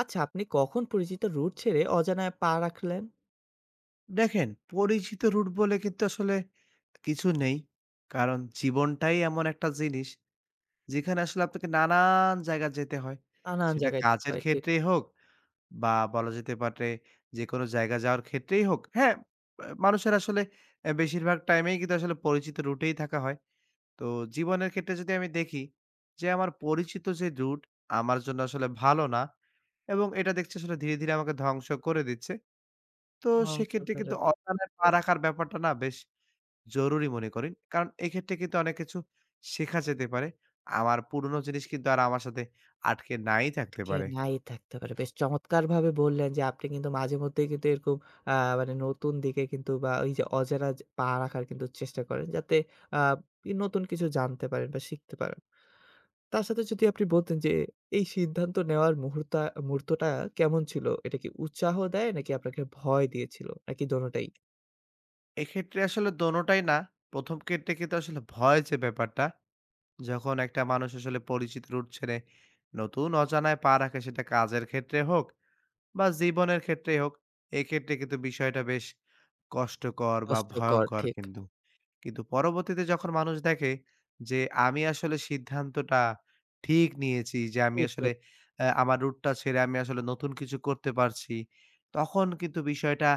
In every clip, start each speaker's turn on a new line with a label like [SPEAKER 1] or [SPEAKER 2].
[SPEAKER 1] আচ্ছা, আপনি কখন পরিচিত রুট ছেড়ে অজানায় পা রাখলেন?
[SPEAKER 2] দেখেন, পরিচিত রুট বলে কিন্তু আসলে কিছু নেই। কারণ জীবনটাই এমন একটা জিনিস, যেখানে আসলে আপনাকে নানান জায়গা যেতে হয়।
[SPEAKER 1] নানান
[SPEAKER 2] সেটা
[SPEAKER 1] জায়গায় যেতে
[SPEAKER 2] কাজের
[SPEAKER 1] হয়, ঠিক।
[SPEAKER 2] ক্ষেত্রেই হোক বা বলা যেতে পারে যেকোনো জায়গা যাওয়ার ক্ষেত্রেই হোক। হ্যাঁ, মানুষের আসলে বেশিরভাগ টাইমেই কিন্তু আসলে পরিচিত রুটেই থাকা হয়। তো জীবনের ক্ষেত্রে যদি আমি দেখি যে আমার পরিচিত যে রুট আমার জন্য আসলে ভালো না এবং এটা দেখছি আসলে ধীরে, ধীরে আমাকে ধ্বংস করে দিচ্ছে। তো
[SPEAKER 1] মাংস
[SPEAKER 2] সেক্ষেত্রে
[SPEAKER 1] ফেলে
[SPEAKER 2] কিন্তু
[SPEAKER 1] দিই।
[SPEAKER 2] অজানায় পা
[SPEAKER 1] ঠিক,
[SPEAKER 2] রাখার ব্যাপারটা না বেশ জরুরি মনে করেন। কারণ এক্ষেত্রে কিন্তু অনেক কিছু শেখা যেতে পারে। আমার পুরনো জিনিস কিন্তু আর আমার সাথে আটকে নাই থাকতে
[SPEAKER 1] আটকে
[SPEAKER 2] পারে।
[SPEAKER 1] নাই থাকতে পারে। বেশ চমৎকারভাবে বললেন যে আপনি কিন্তু মাঝেমধ্যেই কিন্তু এরকম আ মানে নতুন দিকে কিন্তু বা ওই যে অজানা যে পা রাখার কিন্তু চেষ্টা করেন। যাতে আ ই নতুন কিছু জানতে পারেন বা শিখতে পারেন। তার সাথে যদি আপনি বলতেন যে এই সিদ্ধান্ত নেওয়ার মুহূর্তটা কেমন ছিল? এটা কি উৎসাহ দেয় নাকি আপনাকে ভয় দিয়েছিল? নাকি দোনোটাই?
[SPEAKER 2] এক্ষেত্রে আসলে দোনোটাই না। ১ম ক্ষেত্রে কিন্তু আসলে ভয় যে ব্যাপারটা, যখন একটা মানুষ আসলে পরিচিত রুট ছেড়ে নতুন অজানায় পা রাখে সেটা কাজের ক্ষেত্রে হোক বা জীবনের ক্ষেত্রেই হোক, এক্ষেত্রে কিন্তু বিষয়টা বেশ কষ্টকর বা
[SPEAKER 1] কষ্টকর,
[SPEAKER 2] ভয়ংকর
[SPEAKER 1] ঠিক।
[SPEAKER 2] কিন্তু। কিন্তু পরবর্তীতে যখন মানুষ দেখে যে আমি আসলে সিদ্ধান্তটা ঠিক নিয়েছি, যে আমি
[SPEAKER 1] ঠিক,
[SPEAKER 2] আসলে
[SPEAKER 1] ঠিক।
[SPEAKER 2] আমার রুটটা ছেড়ে আমি আসলে নতুন কিছু করতে পারছি। তখন কিন্তু বিষয়টা,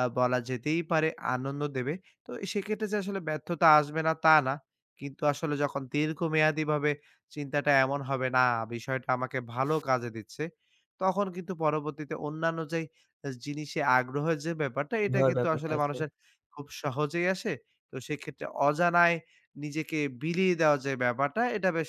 [SPEAKER 2] বলা যেতেই পারে, আনন্দ দেবে। তো সেক্ষেত্রে যে আসলে ব্যর্থতা আসবে না তা না। কিন্তু আসলে যখন দীর্ঘমেয়াদীভাবে চিন্তাটা এমন হবে না, বিষয়টা আমাকে ভালো কাজে দিচ্ছে। তখন কিন্তু পরবর্তীতে অন্যান্য যেই জিনিসে আগ্রহের যে ব্যাপারটা, এটা
[SPEAKER 1] ভয়ের
[SPEAKER 2] কিন্তু
[SPEAKER 1] ব্যাপারটা
[SPEAKER 2] আসলে
[SPEAKER 1] আছে।
[SPEAKER 2] মানুষের খুব সহজেই আসে। তো সেক্ষেত্রে অজানায় নিজেকে বিলিয়ে দেওয়ার যে ব্যাপারটা, এটা বেশ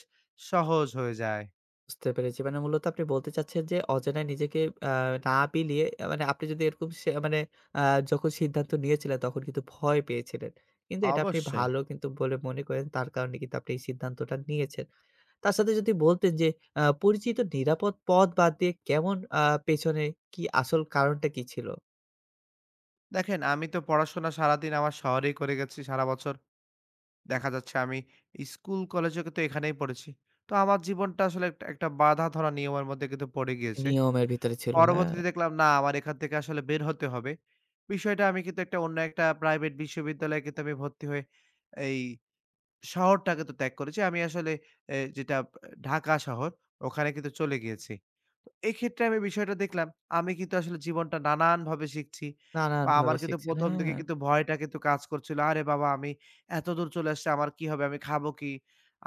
[SPEAKER 2] সহজ হয়ে যায়।
[SPEAKER 1] বুঝতে পেরেছি। মানে মূলত আপনি বলতে চাচ্ছেন যে অজানায় নিজেকে আ না বিলিয়ে মানে আপনি যদি এরকম সে মানে আ যখন সিদ্ধান্ত নিয়েছিলেন তখন কিন্তু ভয় পেয়েছিলেন। কিন্তু এটা আপনি
[SPEAKER 2] অবশ্যই।
[SPEAKER 1] ভালো কিন্তু বলে মনে করেন, তার কারণে কিন্তু আপনি এই সিদ্ধান্তটা নিয়েছেন। তার সাথে যদি বলতেন যে পরিচিত নিরাপদ পথ বাদ দিয়ে কেমন পেছনে কি আসল কারণটা কি ছিল?
[SPEAKER 2] দেখেন, আমি তো পড়াশোনা সারাদিন আমার শহরেই করে গেছি সারা বছর। দেখা যাচ্ছে আমি স্কুল, কলেজে কিন্তু এখানেই পড়েছি। তো আমার জীবনটা আসলে একটা একটা বাঁধা ধরা নিয়মের মধ্যে কিন্তু পড়ে গিয়েছে।
[SPEAKER 1] নিয়মের ভিতরে ছিল, হ্যাঁ।
[SPEAKER 2] পরবর্তীতে দেখলাম না আমার এখান থেকে আসলে বের হতে হবে। বিষয়টা, আমি কিন্তু একটা অন্য একটা প্রাইভেট বিশ্ববিদ্যালয়ে কিন্তু আমি ভর্তি হয়ে এই শহরটাকে তো ত্যাগ করেছি। আমি আসলে যেটা ঢাকা শহর, ওখানে কিন্তু চলে গিয়েছি। তো এক্ষেত্রে আমি বিষয়টা দেখলাম, আমি কিন্তু আসলে জীবনটা নানানভাবে শিখছি, বা আমার
[SPEAKER 1] নানানভাবে
[SPEAKER 2] কিন্তু
[SPEAKER 1] শিখছেন,
[SPEAKER 2] ১ম দিকে
[SPEAKER 1] হ্যাঁ।
[SPEAKER 2] কিন্তু ভয়টা কিন্তু কাজ করছিল। আরে বাবা! আমি এতদূর চলে আসছি, আমার কি হবে? আমি খাবো কি?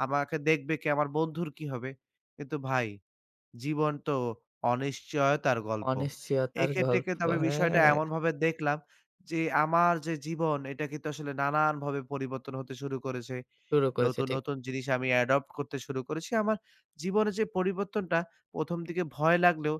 [SPEAKER 2] আমাকে দেখবে কে? আমার বন্ধুর কি হবে? কিন্তু ভাই, জীবন তো অনিশ্চয়তার গল্প।
[SPEAKER 1] অনিশ্চয়তার
[SPEAKER 2] এক্ষেত্রে
[SPEAKER 1] গল্প,
[SPEAKER 2] কিন্তু আমি বিষয়টা
[SPEAKER 1] হ্যাঁ।
[SPEAKER 2] এমনভাবে দেখলাম যে, আমার যে জীবন, এটা কিন্তু আসলে নানানভাবে পরিবর্তন হতে শুরু করেছে।
[SPEAKER 1] শুরু করেছে,
[SPEAKER 2] নতুন,
[SPEAKER 1] ঠিক।
[SPEAKER 2] নতুন জিনিস আমি অ্যাডপ্ট করতে শুরু করেছি। আমার জীবনে যে পরিবর্তনটা ১ম দিকে ভয় লাগলেও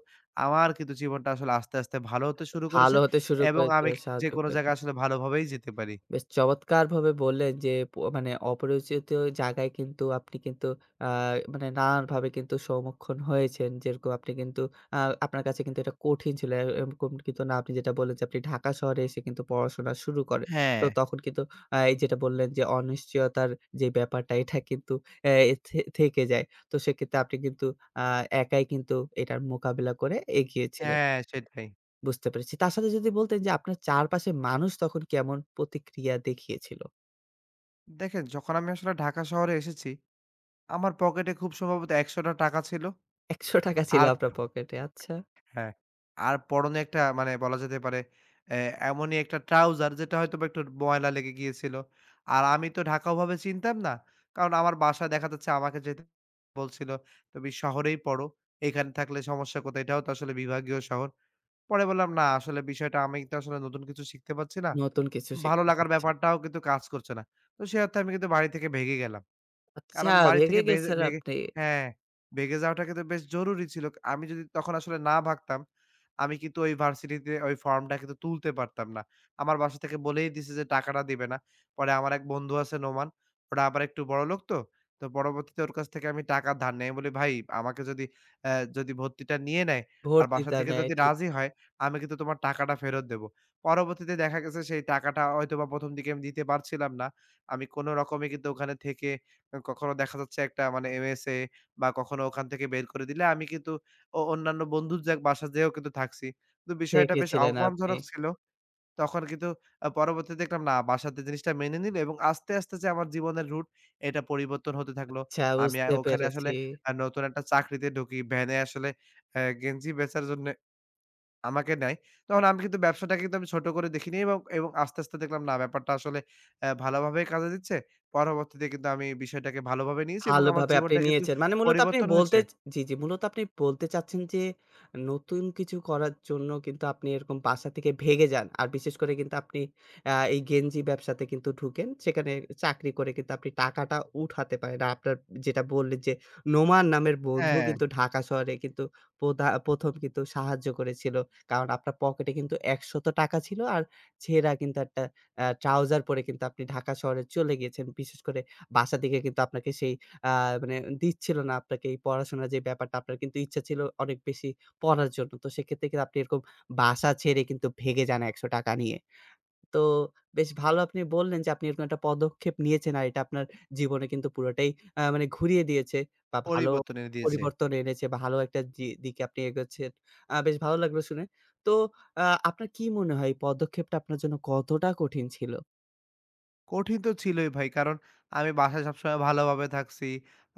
[SPEAKER 2] আমার কিন্তু জীবনটা আসলে আস্তে, আস্তে ভালো হতে শুরু করেছে
[SPEAKER 1] ভালো হতে শুরু
[SPEAKER 2] এবং
[SPEAKER 1] করেছে,
[SPEAKER 2] আমি
[SPEAKER 1] সাহায্য
[SPEAKER 2] যেকোনো
[SPEAKER 1] করেছে।
[SPEAKER 2] জায়গায় আসলে ভালোভাবেই যেতে পারি।
[SPEAKER 1] বেশ চমৎকারভাবে বললেন যে মানে অপরিচিত জায়গায় কিন্তু আপনি কিন্তু আ মানে নানানভাবে কিন্তু সম্মুখীন হয়েছেন। যেরকম আপনি কিন্তু আ আপনার কাছে কিন্তু এটা কঠিন ছিল। এরকম কিন্তু না, আপনি যেটা বললেন যে আপনি ঢাকা শহরে এসে কিন্তু পড়াশোনা শুরু করেন।
[SPEAKER 2] হ্যাঁ।
[SPEAKER 1] তো তখন কিন্তু এই যেটা বললেন যে অনিশ্চয়তার যে ব্যাপারটা এটা কিন্তু আহ, এ থে থেকে যায়। তো সেক্ষেত্রে আপনি কিন্তু আ একাই কিন্তু এটার মোকাবিলা করে এগিয়েছিলেন।
[SPEAKER 2] হ্যাঁ, সেটাই।
[SPEAKER 1] বুঝতে পেরেছি। তার সাথে যদি বলতেন যে আপনার চারপাশের মানুষ তখন কেমন প্রতিক্রিয়া দেখিয়েছিল?
[SPEAKER 2] দেখেন, যখন আমি আসলে ঢাকা শহরে এসেছি, আমার পকেটে খুব সম্ভবত ৳১০০ ছিল।
[SPEAKER 1] ৳১০০ ছিল
[SPEAKER 2] আর
[SPEAKER 1] আপনার পকেটে। আচ্ছা।
[SPEAKER 2] হ্যাঁ। আর পরনে একটা, মানে বলা যেতে পারে, অ্যা এমনই একটা ট্রাউজার যেটা হয়তোবা একটু ময়লা লেগে গিয়েছিল। আর আমি তো ঢাকা ওভাবে চিনতাম না। কারণ আমার বাসায় দেখা যাচ্ছে আমাকে যেতে বলছিল, "তুমি শহরেই পড়ো। এখানে থাকলে সমস্যা কোথায়? এটাও তো আসলে বিভাগীয় শহর।" পরে বললাম, "না, আসলে বিষয়টা আমি তো আসলে নতুন কিছু শিখতে পারছি না।
[SPEAKER 1] নতুন কিছু
[SPEAKER 2] ভালো
[SPEAKER 1] শিখতে
[SPEAKER 2] লাগার
[SPEAKER 1] চাচ্ছেন।
[SPEAKER 2] ব্যাপারটাও কিন্তু কাজ করছে না।" তো সে অর্থে আমি কিন্তু বাড়ি থেকে ভেগে গেলাম।
[SPEAKER 1] আচ্ছা,
[SPEAKER 2] কারণ বাড়ি
[SPEAKER 1] ভেগে
[SPEAKER 2] থেকে
[SPEAKER 1] গেছেন
[SPEAKER 2] বেগে
[SPEAKER 1] আপনি।
[SPEAKER 2] হ্যাঁ, বেগে যাওয়াটা কিন্তু বেশ জরুরি ছিল। আমি যদি তখন আসলে না ভাগতাম, আমি কিন্তু ওই ভার্সিটিতে ওই ফর্মটা কিন্তু তুলতে পারতাম না। আমার বাসা থেকে বলেই দিছে যে টাকাটা দিবে না। পরে আমার এক বন্ধু আছে, নোমান। ওরা আবার একটু বড়লোক তো। তো পরবর্তীতে ওর কাছ থেকে আমি টাকা ধার নেই। আমি বলি, "ভাই, আমাকে যদি যদি ভর্তিটা নিয়ে নেয় আর
[SPEAKER 1] ভর্তি
[SPEAKER 2] বাসা
[SPEAKER 1] তা
[SPEAKER 2] থেকে
[SPEAKER 1] নয়,
[SPEAKER 2] যদি
[SPEAKER 1] ঠিক।
[SPEAKER 2] রাজি হয়, আমি কিন্তু তোমার টাকাটা ফেরত দেবো।" পরবর্তীতে দেখা গেছে সেই টাকাটা হয়তোবা ১ম দিকে আমি দিতে পারছিলাম না। আমি কোন রকমে কিন্তু ওখানে থেকে, কখনো দেখা যাচ্ছে একটা মানে এমএসএ, বা কখনো ওখান থেকে বের করে দিলে আমি কিন্তু অন্যান্য বন্ধুর যা বাসা যেয়েও কিন্তু থাকছি। তো বিষয়টা বেশ
[SPEAKER 1] থেকেছিলেন আপনি।
[SPEAKER 2] অপমানজনক ছিল। তখন কিন্তু পরবর্তীতে দেখলাম না বাসাতে জিনিসটা মেনে নিল এবং আস্তে, আস্তে যে আমার জীবনের রুট, এটা পরিবর্তন হতে থাকলো।
[SPEAKER 1] আচ্ছা,
[SPEAKER 2] আমি
[SPEAKER 1] বুঝতে
[SPEAKER 2] ওখানে আসলে
[SPEAKER 1] পেরেছি।
[SPEAKER 2] নতুন একটা চাকরিতে ঢুকি। ভ্যানে আসলে গেঞ্জি বেচার জন্যে আমাকে নেয়। তখন আমি কিন্তু ব্যবসাটাকে কিন্তু আমি ছোট করে দেখিনি এবং এবং আস্তে, আস্তে দেখলাম না ব্যাপারটা আসলে ভালোভাবেই কাজে দিচ্ছে। পরবর্তীতে কিন্তু আমি বিষয়টাকে ভালোভাবে নিয়েছি এবং আমার
[SPEAKER 1] ভালোভাবে আপনি
[SPEAKER 2] জীবনটা কিন্তু
[SPEAKER 1] নিয়েছেন। মানে মূলত আপনি
[SPEAKER 2] পরিবর্তন হয়েছে।
[SPEAKER 1] বলতে জি, জি। মূলত আপনি বলতে চাচ্ছেন যে নতুন কিছু করার জন্য কিন্তু আপনি এরকম বাসা থেকে ভেগে যান। আর বিশেষ করে কিন্তু আপনি এই গেঞ্জি ব্যবসাতে কিন্তু ঢুকেন। সেখানে চাকরি করে কিন্তু আপনি টাকাটা উঠাতে পারেন। আর আপনার যেটা বললেন যে নোমান নামের বন্ধু
[SPEAKER 2] হ্যাঁ,
[SPEAKER 1] কিন্তু ঢাকা শহরে কিন্তু ১ম কিন্তু সাহায্য করেছিল। কারণ আপনার পকেটে কিন্তু ৳১০০ ছিল। আর ছেঁড়া কিন্তু একটা ট্রাউজার পরে কিন্তু আপনি ঢাকা শহরে চলে গিয়েছেন। বিশেষ করে বাসা থেকে কিন্তু আপনাকে সেই আ মানে দিচ্ছিল না, আপনাকে এই পড়াশোনার যে ব্যাপারটা আপনার কিন্তু ইচ্ছা ছিল অনেক বেশি পড়ার জন্য। তো সেক্ষেত্রে কিন্তু আপনি এরকম বাসা ছেড়ে কিন্তু ভেগে যান ৳১০০ নিয়ে। তো বেশ ভালো আপনি বললেন যে আপনি এরকম একটা পদক্ষেপ নিয়েছেন আর এটা আপনার জীবনে কিন্তু পুরোটাই মানে ঘুরিয়ে দিয়েছে বা ভালো
[SPEAKER 2] পরিবর্তন এনে দিয়েছে।
[SPEAKER 1] পরিবর্তন এনেছে। বা ভালো একটা দিকে আপনি এগোচ্ছেন। বেশ ভালো লাগলো শুনে। তো আ আপনার কি মনে হয় এই পদক্ষেপটা আপনার জন্য কতটা কঠিন ছিল?
[SPEAKER 2] কঠিন তো ছিলই ভাই। কারণ আমি বাসায় সবসময় ভালোভাবে থাকছি,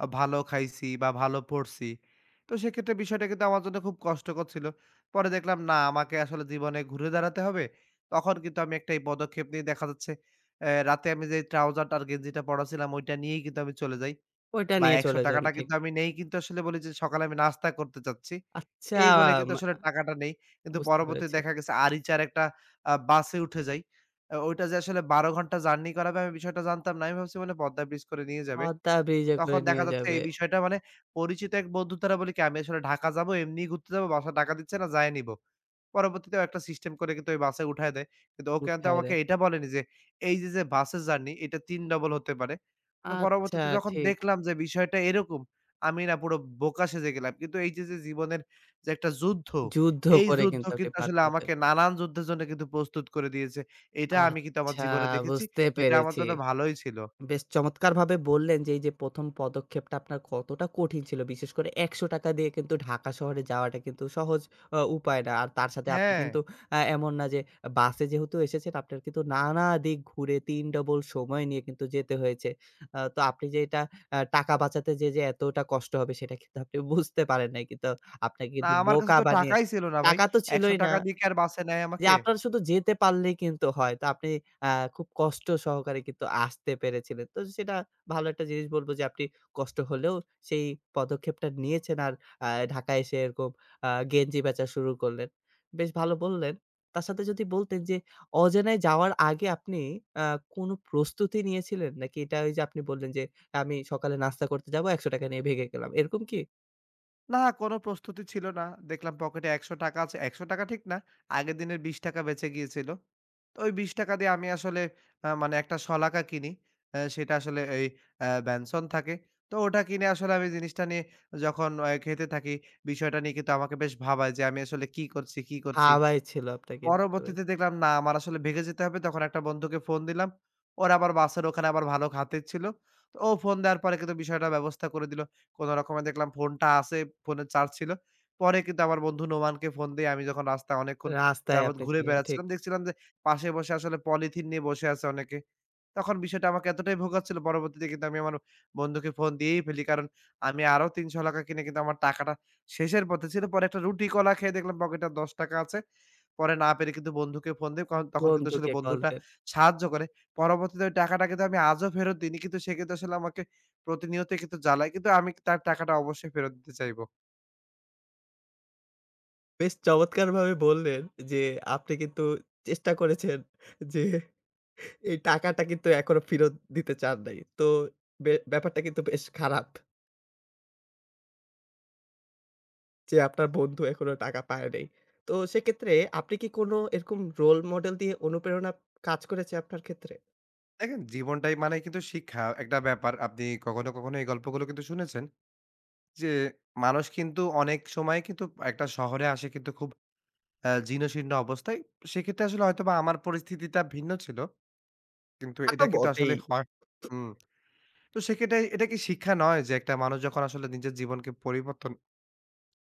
[SPEAKER 2] ভালো খাইছি বা ভালো পড়ছি। তো সেক্ষেত্রে বিষয়টা কিন্তু আমার জন্য খুব কষ্টকর ছিল। পরে দেখলাম না আমাকে আসলে জীবনে ঘুরে দাঁড়াতে হবে। তখন কিন্তু আমি একটা এই পদক্ষেপ নিয়ে দেখা যাচ্ছে রাতে আমি যে ট্রাউজার আর গেঞ্জিটা পড়া ছিলাম ওইটা নিয়েই কিন্তু আমি চলে যাই।
[SPEAKER 1] ওইটা
[SPEAKER 2] বা
[SPEAKER 1] নিয়ে
[SPEAKER 2] ৳১০০
[SPEAKER 1] চলে
[SPEAKER 2] টা
[SPEAKER 1] যান, ঠিক।
[SPEAKER 2] কিন্তু আমি নেই, কিন্তু আসলে বলি যে সকালে আমি নাস্তা করতে চাচ্ছি।
[SPEAKER 1] আচ্ছা
[SPEAKER 2] এই বলে
[SPEAKER 1] মা
[SPEAKER 2] কিন্তু আসলে টাকাটা নেই। কিন্তু
[SPEAKER 1] বুঝতে
[SPEAKER 2] পরবর্তীতে
[SPEAKER 1] পেরেছি।
[SPEAKER 2] দেখা গেছে আরিচার একটা বাসে উঠে যাই। ওইটা যে আসলে ১২ ঘন্টা জার্নি করাবে আমি বিষয়টা জানতাম না। আমি ভাবছি মানে পদ্মা ব্রিজ করে নিয়ে যাবে।
[SPEAKER 1] মাথা ভিজে করে
[SPEAKER 2] তখন দেখা
[SPEAKER 1] নিয়ে
[SPEAKER 2] যাচ্ছে এই
[SPEAKER 1] যাবে।
[SPEAKER 2] বিষয়টা মানে পরিচিত এক বন্ধু দ্বারা বলি কি, "আমি আসলে ঢাকা যাবো, এমনি ঘুরতে যাবো, বাসা টাকা দিচ্ছে না, যায়ে নিবো।" পরবর্তীতেও একটা সিস্টেম করে কিন্তু ওই বাসে উঠায় দেয়। কিন্তু ও কিন্তু
[SPEAKER 1] উঠায়
[SPEAKER 2] আমাকে
[SPEAKER 1] দেয়।
[SPEAKER 2] এটা বলেনি যে, এই যে, বাসের জার্নি এটা ৩ ডবল হতে পারে। তো
[SPEAKER 1] আচ্ছা,
[SPEAKER 2] পরবর্তীতে যখন
[SPEAKER 1] ঠিক।
[SPEAKER 2] দেখলাম যে, বিষয়টা এরকম, আমি না পুরো বোকা সেজে গেলাম। কিন্তু এই যে, জীবনের যে, একটা যুদ্ধ,
[SPEAKER 1] যুদ্ধ
[SPEAKER 2] এই
[SPEAKER 1] করে
[SPEAKER 2] যুদ্ধ
[SPEAKER 1] কিন্তু আপনি
[SPEAKER 2] কিন্তু
[SPEAKER 1] পার
[SPEAKER 2] আসলে
[SPEAKER 1] পেয়েছেন।
[SPEAKER 2] আমাকে নানান যুদ্ধের জন্য কিন্তু প্রস্তুত করে দিয়েছে। এটা আমি কিন্তু আমার
[SPEAKER 1] আচ্ছা,
[SPEAKER 2] জীবনে দেখেছি।
[SPEAKER 1] বুঝতে
[SPEAKER 2] এটা আমার
[SPEAKER 1] পেরেছি।
[SPEAKER 2] জন্য ভালোই ছিল।
[SPEAKER 1] বেশ চমৎকারভাবে বললেন যে এই যে ১ম পদক্ষেপটা আপনার কতটা কঠিন ছিল। বিশেষ করে ৳১০০ দিয়ে কিন্তু ঢাকা শহরে যাওয়াটা কিন্তু সহজ উপায় না। আর তার সাথে আপনি
[SPEAKER 2] হ্যাঁ।
[SPEAKER 1] কিন্তু এমন না যে বাসে যেহেতু এসেছেন আপনার কিন্তু নানা দিক ঘুরে ৩ ডবল সময় নিয়ে কিন্তু যেতে হয়েছে। তো আপনি যে এটা টাকা বাঁচাতে যেয়ে যে এতটা কষ্ট হবে সেটা কিন্তু আপনি বুঝতে পারেন নাই। কিন্তু আপনাকে
[SPEAKER 2] না,
[SPEAKER 1] কিন্তু
[SPEAKER 2] আমার কাছে
[SPEAKER 1] বোকা
[SPEAKER 2] তো
[SPEAKER 1] বানিয়ে
[SPEAKER 2] টাকাই ছিল না ভাই।
[SPEAKER 1] টাকা তো ছিলই না,
[SPEAKER 2] ৳১০০ দিয়ে কি আর বাসে নেয়
[SPEAKER 1] যে
[SPEAKER 2] আমাকে?
[SPEAKER 1] আপনার শুধু যেতে পারলেই কিন্তু হয়। তো আপনি আ খুব কষ্ট সহকারে কিন্তু আসতে পেরেছিলেন। তো সেটা ভালো একটা জিনিস বলব যে আপনি কষ্ট হলেও সেই পদক্ষেপটা নিয়েছেন আর আ ঢাকায় এসে এরকম গেঞ্জি বেচা শুরু করলেন। বেশ ভালো বললেন। তার সাথে যদি বলতেন যে অজানায় যাওয়ার আগে আপনি আ কোনো প্রস্তুতি নিয়েছিলেন? নাকি এটা ওই যে আপনি বললেন যে আমি সকালে নাস্তা করতে যাবো ৳১০০ নিয়ে ভেগে গেলাম। এরকম কি?
[SPEAKER 2] না, কোনো প্রস্তুতি ছিল না। দেখলাম পকেটে ৳১০০ আছে, ৳১০০ ঠিক না। আগের দিনের ৳20 বেঁচে গিয়েছিল। তো ওই ৳20 দিয়ে আমি আসলে মানে একটা শলাকা কিনি। সেটা আসলে এই Benson থাকে। তো ওটা কিনে আসলে আমি জিনিসটা নিয়ে যখন খেতে থাকি, বিষয়টা নিয়ে কিন্তু আমাকে বেশ ভাবায় যে আমি আসলে কি করছি, কি করছি?
[SPEAKER 1] হাওয়ায় ছিল আপনাকে, বুঝতে
[SPEAKER 2] পরবর্তীতে
[SPEAKER 1] পেরেছি।
[SPEAKER 2] দেখলাম না আমার আসলে ভেগে যেতে হবে। তখন একটা বন্ধুকে ফোন দিলাম। ওর আবার বাসার ওখানে আবার ভালো খাতির ছিল। তো ও ফোন দেওয়ার পরে কিন্তু বিষয়টা ব্যবস্থা করে দিল। কোনো রকমে দেখলাম ফোনটা আছে, ফোনে চার্জ ছিল। পরে কিন্তু আমার বন্ধু নোমানকে ফোন দিয়ে, আমি যখন রাস্তায় অনেকক্ষণ
[SPEAKER 1] রাস্তায়
[SPEAKER 2] যাবৎ
[SPEAKER 1] আপনি
[SPEAKER 2] ঘুরে
[SPEAKER 1] ছিলেন, ঠিক।
[SPEAKER 2] বেড়াচ্ছিলাম, দেখছিলাম যে পাশে বসে আসলে পলিথিন নিয়ে বসে আছে অনেকে। তখন বিষয়টা আমাকে এতটাই ভোগাচ্ছিল, পরবর্তীতে কিন্তু আমি আমার বন্ধুকে ফোন দিয়েই ফেলি। কারণ আমি আরো ৳৩০০ কিনে কিন্তু আমার টাকাটা শেষের পথে ছিল। পরে একটা রুটি কলা খেয়ে দেখলাম পকেটে ৳10 আছে। পরে না পেরে কিন্তু বন্ধুকে ফোন দেই। কারণ তখন কিন্তু আসলে
[SPEAKER 1] বন্ধুকে কল
[SPEAKER 2] বন্ধুটা
[SPEAKER 1] দে
[SPEAKER 2] সাহায্য করে। পরবর্তীতে ওই টাকাটা কিন্তু আমি আজও ফেরত দিইনি। কিন্তু সে কিন্তু আসলে আমাকে প্রতিনিয়তই কিন্তু জ্বালায়। কিন্তু আমি তার টাকাটা অবশ্যই ফেরত দিতে চাইবো।
[SPEAKER 1] বেশ চমৎকারভাবে বললেন যে, আপনি কিন্তু চেষ্টা করেছেন যে, এই টাকাটা কিন্তু এখনো ফেরত দিতে চান নাই। তো ব্যাপারটা কিন্তু বেশ খারাপ যে, আপনার বন্ধু এখনো টাকা পায় নাই। তো সেক্ষেত্রে আপনি কি কোনো এরকম রোল মডেল দিয়ে অনুপ্রেরণা কাজ করেছে আপনার ক্ষেত্রে?
[SPEAKER 2] দেখেন, জীবনটাই মানে কিন্তু শিক্ষা একটা ব্যাপার। আপনি কখনো, কখনো এই গল্পগুলো কিন্তু শুনেছেন যে মানুষ কিন্তু অনেক সময় কিন্তু একটা শহরে আসে কিন্তু খুব জীর্ণশীর্ণ অবস্থায়। সেক্ষেত্রে আসলে হয়তোবা আমার পরিস্থিতিটা ভিন্ন ছিল। কিন্তু
[SPEAKER 1] তা তো
[SPEAKER 2] এটা কিন্তু আসলে
[SPEAKER 1] বটেই।
[SPEAKER 2] হয়। হুম। তো সেক্ষেত্রে এটা কি শিক্ষা নয় যে একটা মানুষ যখন আসলে নিজের জীবনকে পরিবর্তন